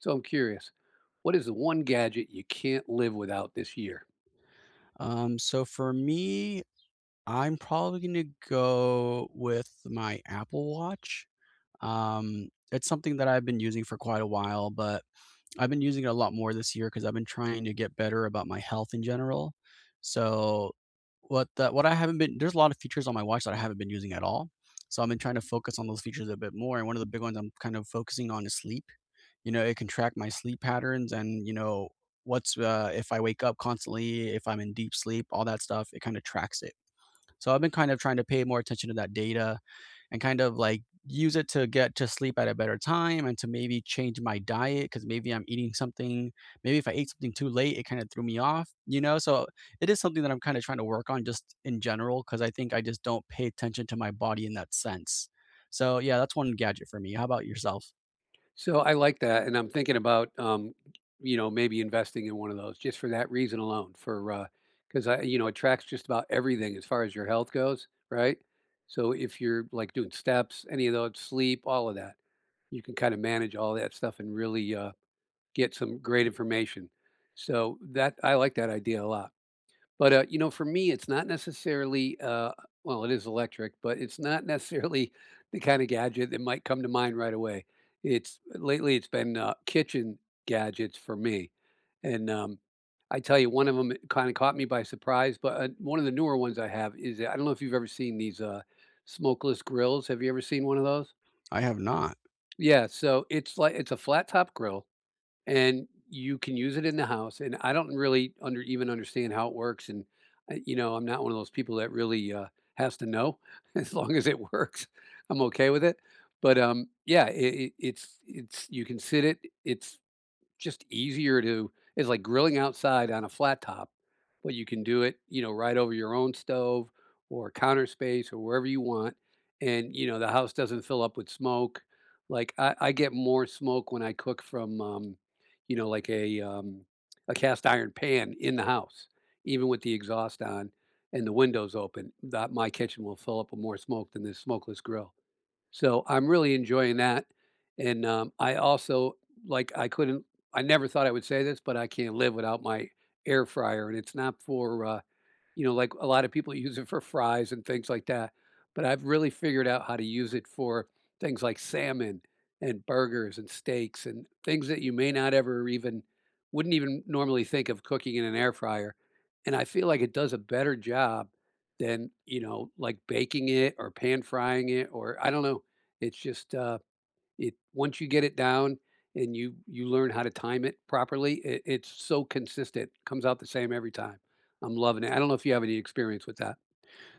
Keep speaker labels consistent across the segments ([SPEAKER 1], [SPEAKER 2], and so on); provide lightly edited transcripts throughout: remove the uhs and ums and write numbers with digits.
[SPEAKER 1] So I'm curious, what is the one gadget you can't live without this year?
[SPEAKER 2] So for me, I'm probably gonna go with my Apple Watch. It's something that I've been using for quite a while, but I've been using it a lot more this year because I've been trying to get better about my health in general. So what the what I haven't been there's a lot of features on my watch that I haven't been using at all. So I've been trying to focus on those features a bit more. And one of the big ones I'm kind of focusing on is sleep. You know, it can track my sleep patterns and, you know, what's if I wake up constantly, if I'm in deep sleep, all that stuff, it kind of tracks it. So I've been kind of trying to pay more attention to that data and kind of like use it to get to sleep at a better time and to maybe change my diet because maybe I'm eating something. Maybe if I ate something too late, it kind of threw me off, you know? So it is something that I'm kind of trying to work on just in general because I think I just don't pay attention to my body in that sense. So yeah, that's one gadget for me. How about yourself?
[SPEAKER 1] So I like that, and I'm thinking about, you know, maybe investing in one of those just for that reason alone. For because I you know, it tracks just about everything as far as your health goes, right? So if you're like doing steps, any of those, sleep, all of that, you can kind of manage all that stuff and really get some great information. So that I like that idea a lot. But, you know, for me, it's not necessarily, well, it is electric, but it's not necessarily the kind of gadget that might come to mind right away. It's Lately it's been kitchen gadgets for me, and I tell you, one of them kind of caught me by surprise. But one of the newer ones I have is I don't know if you've ever seen these smokeless grills. Have you ever seen one of those?
[SPEAKER 2] I have not.
[SPEAKER 1] Yeah, so it's a flat top grill and you can use it in the house. And I don't really under even understand how it works. And you know, I'm not one of those people that really has to know. As long as it works, I'm okay with it. But yeah, it's you can sit it. It's just easier to it's like grilling outside on a flat top, but you can do it, you know, right over your own stove or counter space or wherever you want. And, you know, the house doesn't fill up with smoke. Like I get more smoke when I cook from, you know, like a cast iron pan in the house, even with the exhaust on and the windows open. That my kitchen will fill up with more smoke than this smokeless grill. So I'm really enjoying that, and, I also like, I couldn't I never thought I would say this, but I can't live without my air fryer, and it's not for, you know, like, a lot of people use it for fries and things like that, but I've really figured out how to use it for things like salmon and burgers and steaks and things that you may not ever even wouldn't even normally think of cooking in an air fryer, and I feel like it does a better job than, you know, like, baking it or pan frying it or I don't know. It's just, it once you get it down and you learn how to time it properly, it's so consistent, comes out the same every time. I'm loving it. I don't know if you have any experience with that.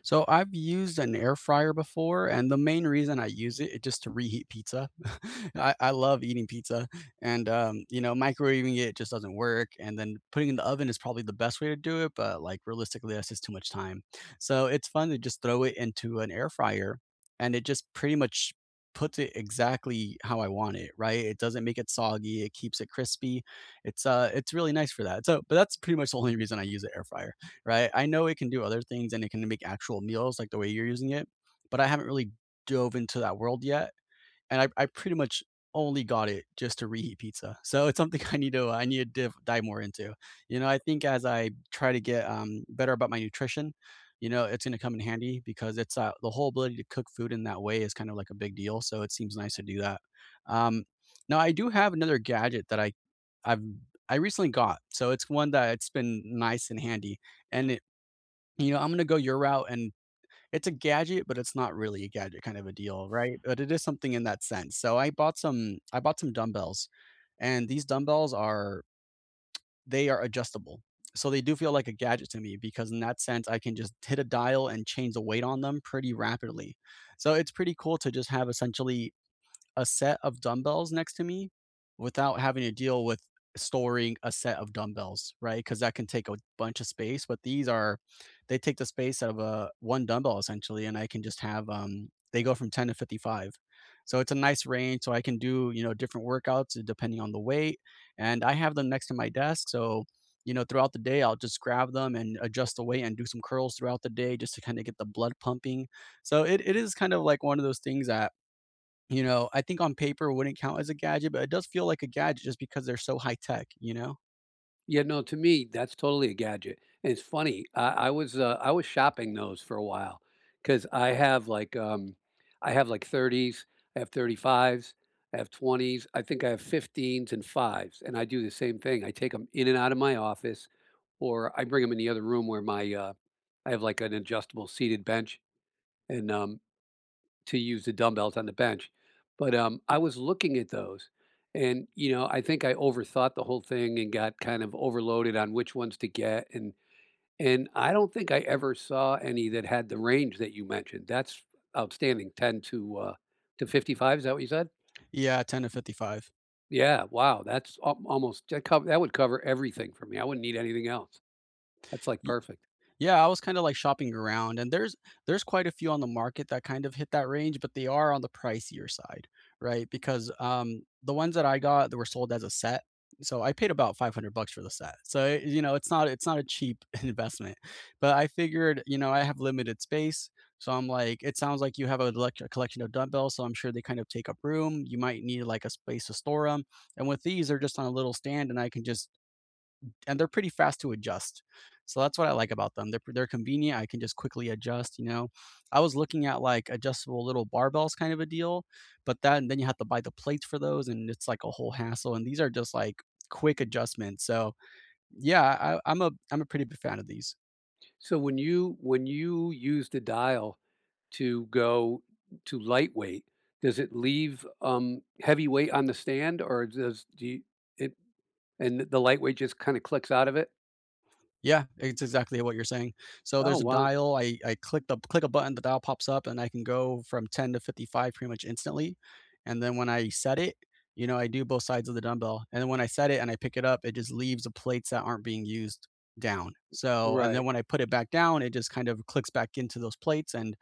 [SPEAKER 2] So I've used an air fryer before, and the main reason I use it is just to reheat pizza. I love eating pizza, and you know, microwaving it just doesn't work. And then putting it in the oven is probably the best way to do it, but like realistically, that's just too much time. So it's fun to just throw it into an air fryer, and it just pretty much puts it exactly how I want it. Right? It doesn't make it soggy. It keeps it crispy. It's really nice for that. So, but that's pretty much the only reason I use an air fryer, right? I know it can do other things and it can make actual meals like the way you're using it, but I haven't really dove into that world yet. And I pretty much only got it just to reheat pizza. So it's something I need to dive more into. You know, I think as I try to get better about my nutrition, you know, it's going to come in handy because it's the whole ability to cook food in that way is kind of like a big deal. So it seems nice to do that. Um, Now I do have another gadget that I've I recently got. So it's one that it's been nice and handy, and it, you know, I'm gonna go your route, and it's a gadget, but it's not really a gadget kind of a deal, right? But it is something in that sense. So I bought some dumbbells, and these dumbbells are, they are adjustable. So they do feel like a gadget to me because in that sense, I can just hit a dial and change the weight on them pretty rapidly. So it's pretty cool to just have essentially a set of dumbbells next to me without having to deal with storing a set of dumbbells, right? Because that can take a bunch of space. But these are, they take the space out of a one dumbbell essentially, and I can just have they go from 10 to 55. So it's a nice range. So I can do, you know, different workouts depending on the weight, and I have them next to my desk. So, you know, throughout the day I'll just grab them and adjust the weight and do some curls throughout the day just to kind of get the blood pumping. So it is kind of like one of those things that, you know, I think on paper it wouldn't count as a gadget, but it does feel like a gadget just because they're so high tech, you know?
[SPEAKER 1] Yeah, no, to me, that's totally a gadget, and it's funny, I was shopping those for a while, because I have, like, 30s, I have 35s, I have 20s, I think I have 15s and 5s, and I do the same thing, I take them in and out of my office, or I bring them in the other room where my, I have, like, an adjustable seated bench, and, to use the dumbbells on the bench. But, I was looking at those and, you know, I think I overthought the whole thing and got kind of overloaded on which ones to get, and I don't think I ever saw any that had the range that you mentioned. That's outstanding, 10 to 55, is that what you said?
[SPEAKER 2] Yeah, 10 to 55.
[SPEAKER 1] Yeah, wow, that's al almost that cov that would cover everything for me. I wouldn't need anything else. That's, like, perfect.
[SPEAKER 2] Yeah, I was kinda, like, shopping around, and there's quite a few on the market that kind of hit that range, but they are on the pricier side, right? Because, the ones that I got, they were sold as a set, so I paid about 500 bucks for the set. So, it, you know, it's not, it's not a cheap investment, but I figured, you know, I have limited space, so I'm like, "It sounds like you have a collection of dumbbells, so I'm sure they kind of take up room. You might need, like, a space to store them. And with these, they're just on a little stand, and I can just, and they're pretty fast to adjust. So that's what I like about them. They're convenient. I can just quickly adjust. You know, I was looking at like adjustable little barbells kind of a deal, but that, and then you have to buy the plates for those, and it's like a whole hassle. And these are just like quick adjustments. So yeah, I'm a pretty big fan of these.
[SPEAKER 1] So when you use the dial to go to lightweight, does it leave, heavyweight on the stand, or does do you it and the lightweight just kinda clicks out of it?
[SPEAKER 2] Yeah, it's exactly what you're saying. So
[SPEAKER 1] Oh,
[SPEAKER 2] there's a
[SPEAKER 1] wow.
[SPEAKER 2] dial. I click a button, the dial pops up, and I can go from 10 to 55 pretty much instantly. And then when I set it, you know, I do both sides of the dumbbell. And then when I set it and I pick it up, it just leaves the plates that aren't being used down. So, and then
[SPEAKER 1] Right.
[SPEAKER 2] when I put it back down, it just kind of clicks back into those plates, and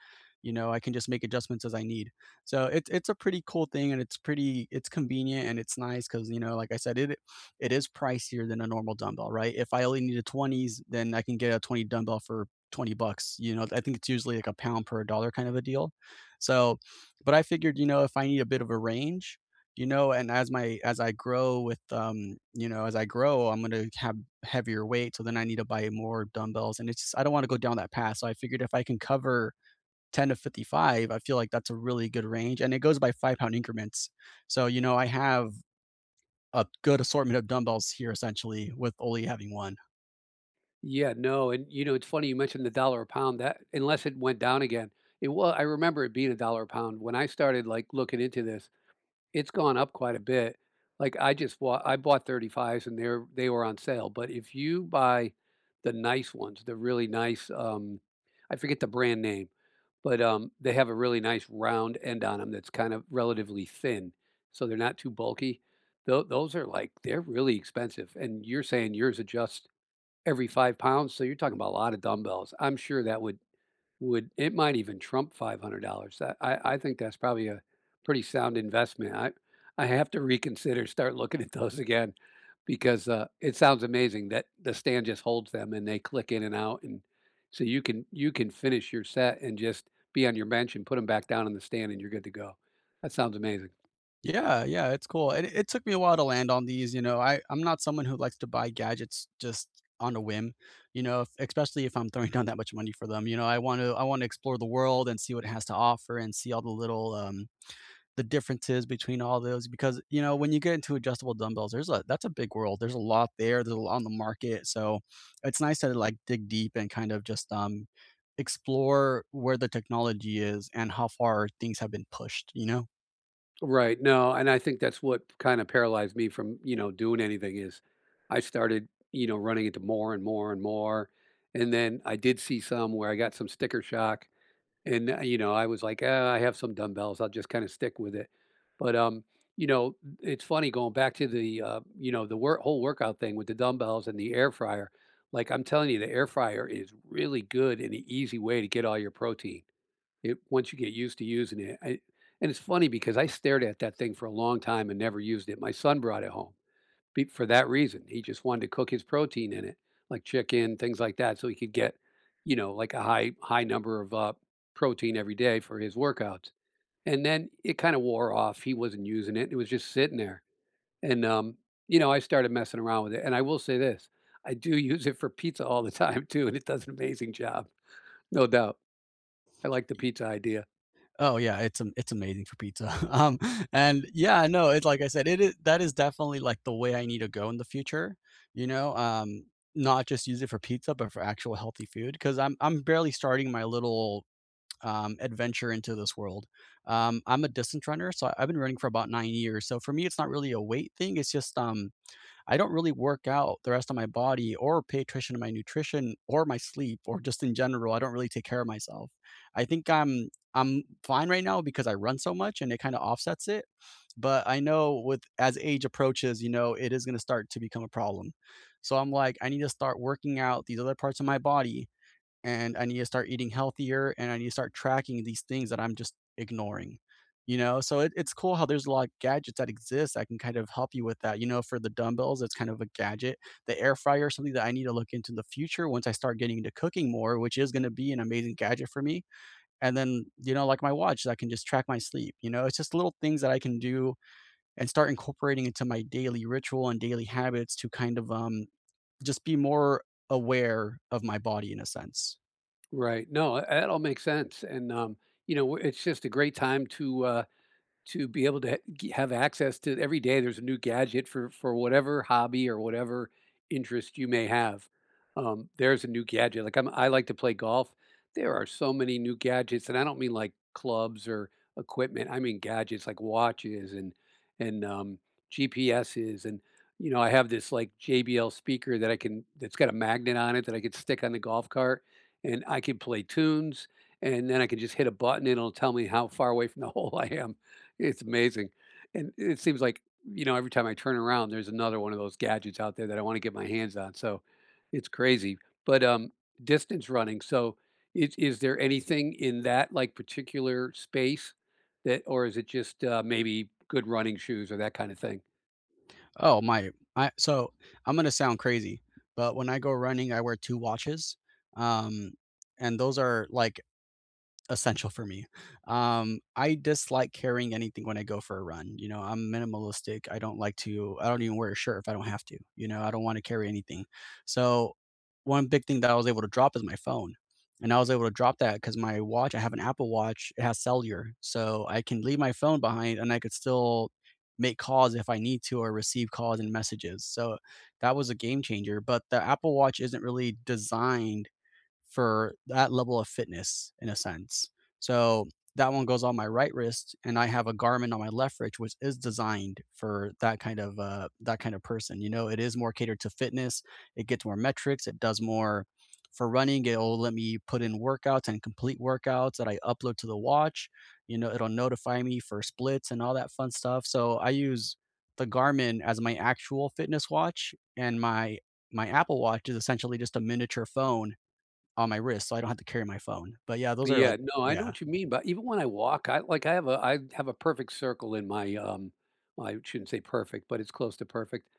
[SPEAKER 2] you know, I can just make adjustments as I need. So it's a pretty cool thing and it's pretty, it's convenient and it's nice because you know, like I said, it is pricier than a normal dumbbell, right? If I only need a 20s, then I can get a 20 dumbbell for 20 bucks. You know, I think it's usually like a pound per dollar kind of a deal. So, but I figured, you know, if I need a bit of a range, you know, and as I grow with you know, as I grow, I'm gonna have heavier weight. So then I need to buy more dumbbells. And it's just I don't want to go down that path. So I figured if I can cover 10 to 55, I feel like that's a really good range. And it goes by 5 pound increments. So, you know, I have a good assortment of dumbbells here essentially with only having one.
[SPEAKER 1] Yeah, no, and, you know, it's funny you mentioned the dollar a pound, that unless it went down again, it was. I remember it being a dollar a pound when I started, like, looking into this, it's gone up quite a bit. Like, I bought 35s and they were on sale, but if you buy the nice ones, the really nice, I forget the brand name, but, they have a really nice round end on them that's kind of relatively thin, so they're not too bulky. Those are, like they're really expensive, and you're saying yours adjust every 5 pounds, so you're talking about a lot of dumbbells. I'm sure that would it might even trump $500. That I think that's probably a pretty sound investment. I have to reconsider, start looking at those again because, it sounds amazing that the stand just holds them and they click in and out, and so you can finish your set and just be on your bench and put them back down in the stand, and you're good to go. That sounds amazing.
[SPEAKER 2] Yeah, yeah, it's cool. It took me a while to land on these, you know. I'm not someone who likes to buy gadgets just on a whim, you know, if, especially if I'm throwing down that much money for them. You know, I want to explore the world and see what it has to offer and see all the little the differences between all those because you know when you get into adjustable dumbbells there's a that's a big world, there's a lot there, there's a lot on the market, so it's nice to like dig deep and kind of just explore where the technology is and how far things have been pushed, you know.
[SPEAKER 1] Right, no, and I think that's what kinda paralyzed me from, you know, doing anything is I started, you know, running into more and more and more, and then I did see some where I got some sticker shock, and, you know, I was like, "Ah, I have some dumbbells, I'll just kinda stick with it." But, you know, it's funny going back to the, you know, the wor whole workout thing with the dumbbells and the air fryer, like, I'm telling you, the air fryer is really good and an easy way to get all your protein. It Once you get used to using it, I and it's funny because I stared at that thing for a long time and never used it. My son brought it home be for that reason. He just wanted to cook his protein in it, like chicken, things like that, so he could get, you know, like a high number of, protein every day for his workouts. And then it kinda wore off. He wasn't using it. It was just sitting there. And, you know, I started messing around with it. And I will say this, I do use it for pizza all the time too, and it does an amazing job, no doubt. I like the pizza idea.
[SPEAKER 2] Oh yeah, it's it's amazing for pizza. And yeah, no, it's like I said, it is, that is definitely like the way I need to go in the future. You know, not just use it for pizza, but for actual healthy food because I'm barely starting my little adventure into this world. I'm a distance runner, so I've been running for about 9 years. So for me, it's not really a weight thing. It's just I don't really work out the rest of my body or pay attention to my nutrition or my sleep or just in general. I don't really take care of myself. I think I'm fine right now because I run so much and it kind of offsets it. But I know with as age approaches, you know, it is going to start to become a problem. So I'm like, I need to start working out these other parts of my body and I need to start eating healthier, and I need to start tracking these things that I'm just ignoring, you know? So it's cool how there's a lot of gadgets that exist that can kind of help you with that. You know, for the dumbbells, it's kind of a gadget. The air fryer is something that I need to look into in the future once I start getting into cooking more, which is going to be an amazing gadget for me. And then, you know, like my watch that can just track my sleep. You know, it's just little things that I can do and start incorporating into my daily ritual and daily habits to kind of just be more aware of my body in a sense.
[SPEAKER 1] Right. No, that all makes sense. And, you know, it's just a great time to be able to g have access to every day there's a new gadget for whatever hobby or whatever interest you may have. There's a new gadget. Like I like to play golf. There are so many new gadgets, and I don't mean like clubs or equipment. I mean gadgets like watches and and um, GPSs and you know, I have this like JBL speaker that I can that's got a magnet on it that I could stick on the golf cart and I can play tunes and then I can just hit a button and it'll tell me how far away from the hole I am. It's amazing. And it seems like, you know, every time I turn around, there's another one of those gadgets out there that I want to get my hands on. So it's crazy. But distance running. So is there anything in that like particular space that, or is it just maybe good running shoes or that kind of thing?
[SPEAKER 2] Oh, my I So I'm gonna sound crazy, but when I go running, I wear 2 watches, um, and those are, like, essential for me. I dislike carrying anything when I go for a run. You know, I'm minimalistic. I don't even wear a shirt if I don't have to. You know, I don't want to carry anything. So, one big thing that I was able to drop is my phone. And I was able to drop that because my watch, I have an Apple Watch, it has cellular. So, I can leave my phone behind and I could still make calls if I need to or receive calls and messages. So, that was a game changer. But the Apple Watch isn't really designed for that level of fitness in a sense. So that one goes on my right wrist, and I have a Garmin on my left wrist, which is designed for that kind of person. You know, it is more catered to fitness. It gets more metrics. It does more for running. It'll let me put in workouts and complete workouts that I upload to the watch. You know, it'll notify me for splits and all that fun stuff. So I use the Garmin as my actual fitness watch, and my Apple Watch is essentially just a miniature phone on my wrist, so I don't have to carry my phone. But yeah, those are
[SPEAKER 1] Yeah,
[SPEAKER 2] like.
[SPEAKER 1] no, I know
[SPEAKER 2] Yeah.
[SPEAKER 1] what you mean, but even when I walk, I have a perfect circle in my well, I shouldn't say perfect, but it's close to perfect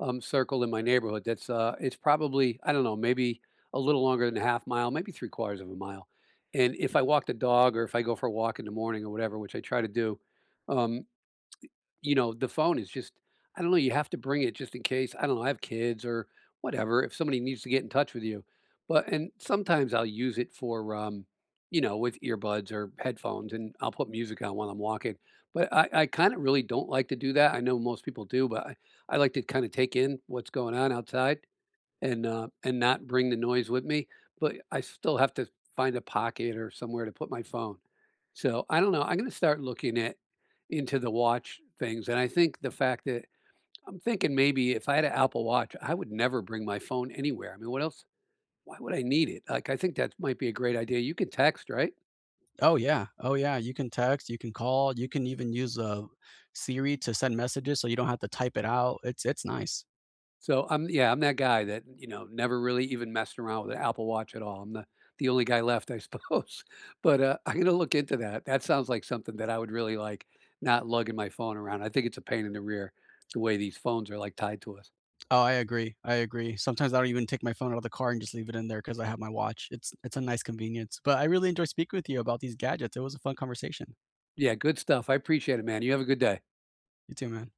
[SPEAKER 1] circle in my neighborhood. That's it's probably, I don't know, maybe a little longer than a 1/2 mile, maybe three-quarters of a mile. And if I walk the dog or if I go for a walk in the morning or whatever, which I try to do, um you know, the phone is just I don't know, you have to bring it just in case, I don't know, I have kids or whatever, if somebody needs to get in touch with you. But and sometimes I'll use it for, you know, with earbuds or headphones, and I'll put music on while I'm walking. But I kinda really don't like to do that, I know most people do, but I like to kinda take in what's going on outside and not bring the noise with me, but I still have to find a pocket or somewhere to put my phone. So I don't know. I'm going to start looking at Into the watch things, and I think the fact that I'm thinking maybe if I had an Apple Watch, I would never bring my phone anywhere. I mean, what else? Why would I need it? Like, I think that might be a great idea. You can text, right?
[SPEAKER 2] Oh, yeah. Oh, yeah. You can text, you can call, you can even use, Siri to send messages so you don't have to type it out. It's nice.
[SPEAKER 1] So, I'm yeah, I'm that guy that, you know, never really even messed around with an Apple Watch at all. I'm The only guy left, I suppose. But, I'm gonna look into that. That sounds like something that I would really like, not lugging my phone around. I think it's a pain in the rear the way these phones are, like, tied to us.
[SPEAKER 2] Oh, I agree. I agree. Sometimes I don't even take my phone out of the car and just leave it in there because I have my watch. It's a nice convenience. But I really enjoy speaking with you about these gadgets. It was a fun conversation.
[SPEAKER 1] Yeah, good stuff. I appreciate it, man. You have a good day.
[SPEAKER 2] You too, man.